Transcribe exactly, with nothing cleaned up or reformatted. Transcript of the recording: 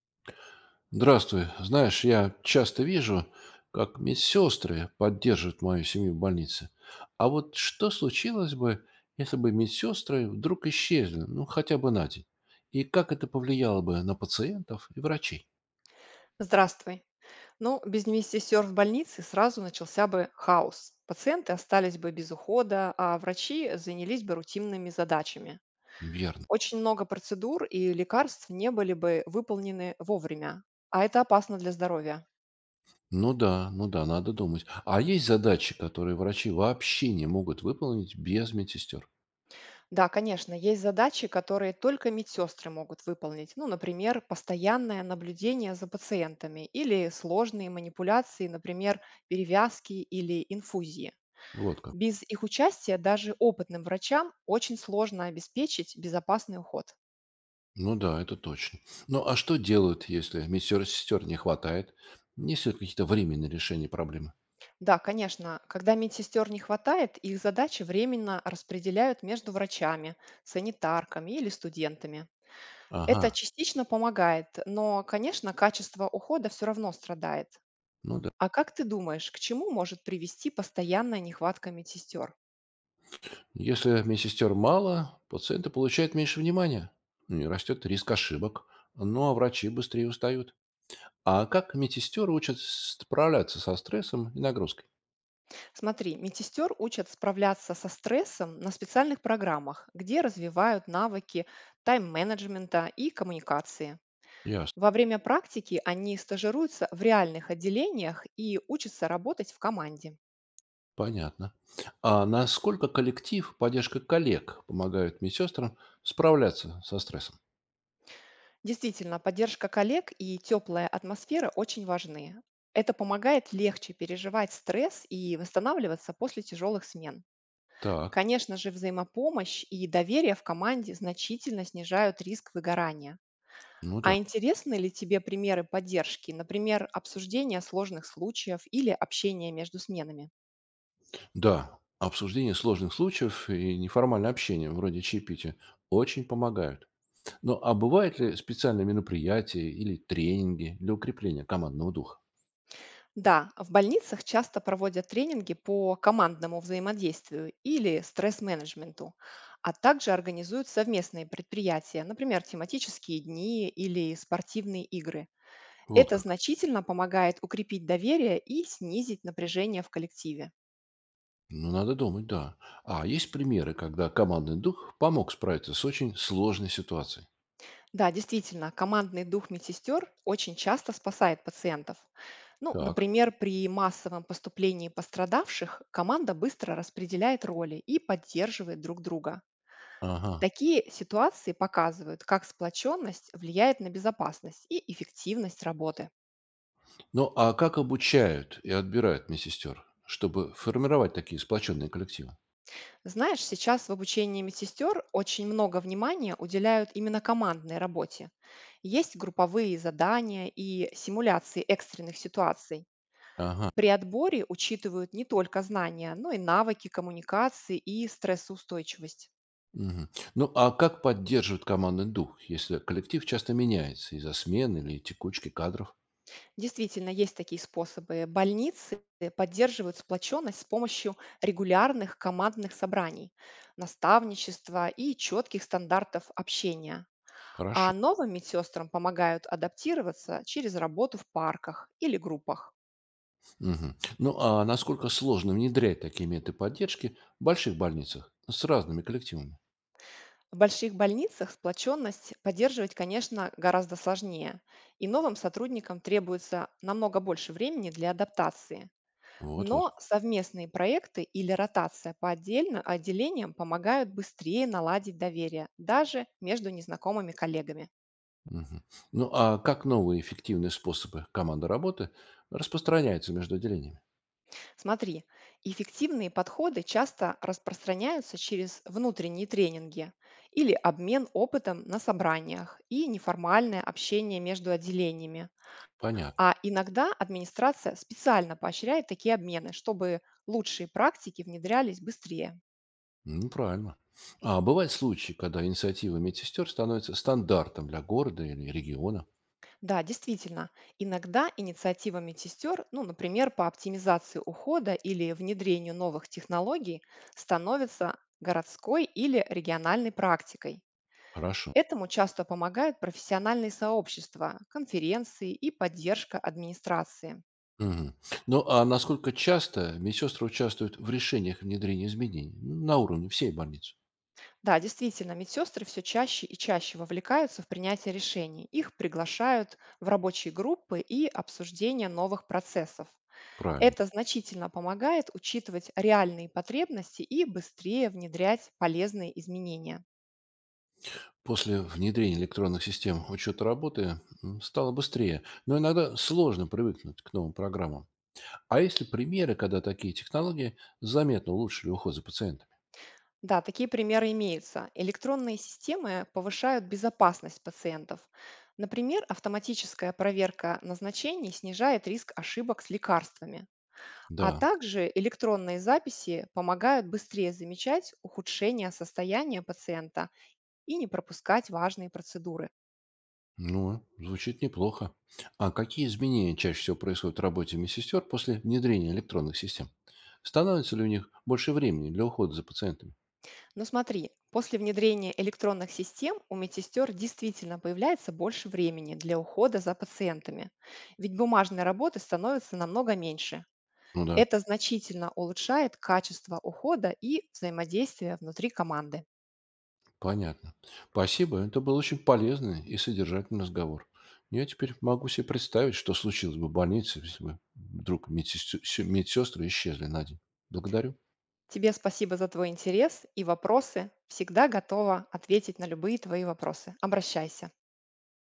Здравствуй. Знаешь, я часто вижу, как медсестры поддерживают мою семью в больнице. А вот что случилось бы, если бы медсестры вдруг исчезли, ну, хотя бы на день? И как это повлияло бы на пациентов и врачей? Здравствуй. Ну, без вместе в больнице сразу начался бы хаос. Пациенты остались бы без ухода, а врачи занялись бы рутинными задачами. Верно. Очень много процедур и лекарств не были бы выполнены вовремя, а это опасно для здоровья. Ну да, ну да, надо думать. А есть задачи, которые врачи вообще не могут выполнить без медсестер? Да, конечно, есть задачи, которые только медсестры могут выполнить. Ну, например, постоянное наблюдение за пациентами или сложные манипуляции, например, перевязки или инфузии. Вот как. Без их участия даже опытным врачам очень сложно обеспечить безопасный уход. Ну да, это точно. Ну а что делают, если медсестер не хватает? Есть ли какие-то временные решения проблемы? Да, конечно, когда медсестер не хватает, их задачи временно распределяют между врачами, санитарками или студентами. Ага. Это частично помогает, но, конечно, качество ухода все равно страдает. Ну да. А как ты думаешь, к чему может привести постоянная нехватка медсестер? Если медсестер мало, пациенты получают меньше внимания. Ну и растет риск ошибок. Ну, а врачи быстрее устают. А как медсестеры учат справляться со стрессом и нагрузкой? Смотри, медсестер учат справляться со стрессом на специальных программах, где развивают навыки тайм-менеджмента и коммуникации. Ясно. Во время практики они стажируются в реальных отделениях и учатся работать в команде. Понятно. А насколько коллектив, поддержка коллег помогают медсестрам справляться со стрессом? Действительно, поддержка коллег и теплая атмосфера очень важны. Это помогает легче переживать стресс и восстанавливаться после тяжелых смен. Так, Конечно же, взаимопомощь и доверие в команде значительно снижают риск выгорания. ну да. А интересны ли тебе примеры поддержки, например, обсуждение сложных случаев или общение между сменами? Да, обсуждение сложных случаев и неформальное общение, вроде чаепития, очень помогают. Ну, а бывают ли специальные мероприятия или тренинги для укрепления командного духа? Да, в больницах часто проводят тренинги по командному взаимодействию или стресс-менеджменту, а также организуют совместные предприятия, например, тематические дни или спортивные игры. Вот Это как. значительно помогает укрепить доверие и снизить напряжение в коллективе. Ну, надо думать, да. А есть примеры, когда командный дух помог справиться с очень сложной ситуацией? Да, действительно, командный дух медсестер очень часто спасает пациентов. Ну, Так. например, при массовом поступлении пострадавших команда быстро распределяет роли и поддерживает друг друга. Ага. Такие ситуации показывают, как сплоченность влияет на безопасность и эффективность работы. Ну, а как обучают и отбирают медсестер, чтобы формировать такие сплоченные коллективы? Знаешь, сейчас в обучении медсестер очень много внимания уделяют именно командной работе. Есть групповые задания и симуляции экстренных ситуаций. Ага. При отборе учитывают не только знания, но и навыки коммуникации и стрессоустойчивость. Мгм. Ну, а как поддерживают командный дух, если коллектив часто меняется из-за смены или текучки кадров? Действительно, есть такие способы. Больницы поддерживают сплоченность с помощью регулярных командных собраний, наставничества и четких стандартов общения. Хорошо. А новым медсестрам помогают адаптироваться через работу в парках или группах. Мгм. Ну, а насколько сложно внедрять такие методы поддержки в больших больницах с разными коллективами? В больших больницах сплоченность поддерживать, конечно, гораздо сложнее, и новым сотрудникам требуется намного больше времени для адаптации. Вот-вот. Но совместные проекты или ротация по отдельно, отделениям помогают быстрее наладить доверие, даже между незнакомыми коллегами. Мгм. Ну, а как новые эффективные способы команды работы распространяются между отделениями? Смотри, эффективные подходы часто распространяются через внутренние тренинги или обмен опытом на собраниях и неформальное общение между отделениями. Понятно. А иногда администрация специально поощряет такие обмены, чтобы лучшие практики внедрялись быстрее. Ну, правильно. А бывают случаи, когда инициатива медсестер становится стандартом для города или региона? Да, действительно, иногда инициатива медсестер, ну, например, по оптимизации ухода или внедрению новых технологий, становится городской или региональной практикой. Хорошо. Этому часто помогают профессиональные сообщества, конференции и поддержка администрации. Мгм. Ну, а насколько часто медсестры участвуют в решениях внедрения изменений, ну, на уровне всей больницы? Да, действительно, медсестры все чаще и чаще вовлекаются в принятие решений. Их приглашают в рабочие группы и обсуждение новых процессов. Правильно. Это значительно помогает учитывать реальные потребности и быстрее внедрять полезные изменения. После внедрения электронных систем учета работы м, стало быстрее, но иногда сложно привыкнуть к новым программам. А есть ли примеры, когда такие технологии заметно улучшили уход за пациентами? Да, такие примеры имеются. Электронные системы повышают безопасность пациентов. Например, автоматическая проверка назначений снижает риск ошибок с лекарствами. Да, А также электронные записи помогают быстрее замечать ухудшение состояния пациента и не пропускать важные процедуры. ну, звучит неплохо. А какие изменения чаще всего происходят в работе медсестер после внедрения электронных систем? Становится ли у них больше времени для ухода за пациентами? Но смотри, после внедрения электронных систем у медсестер действительно появляется больше времени для ухода за пациентами, ведь бумажной работы становится намного меньше. Ну да. Это значительно улучшает качество ухода и взаимодействия внутри команды. Понятно. Спасибо. Это был очень полезный и содержательный разговор. Я теперь могу себе представить, что случилось бы в больнице, если бы вдруг медсестры исчезли на день. Благодарю. Тебе спасибо за твой интерес и вопросы. Всегда готова ответить на любые твои вопросы. Обращайся.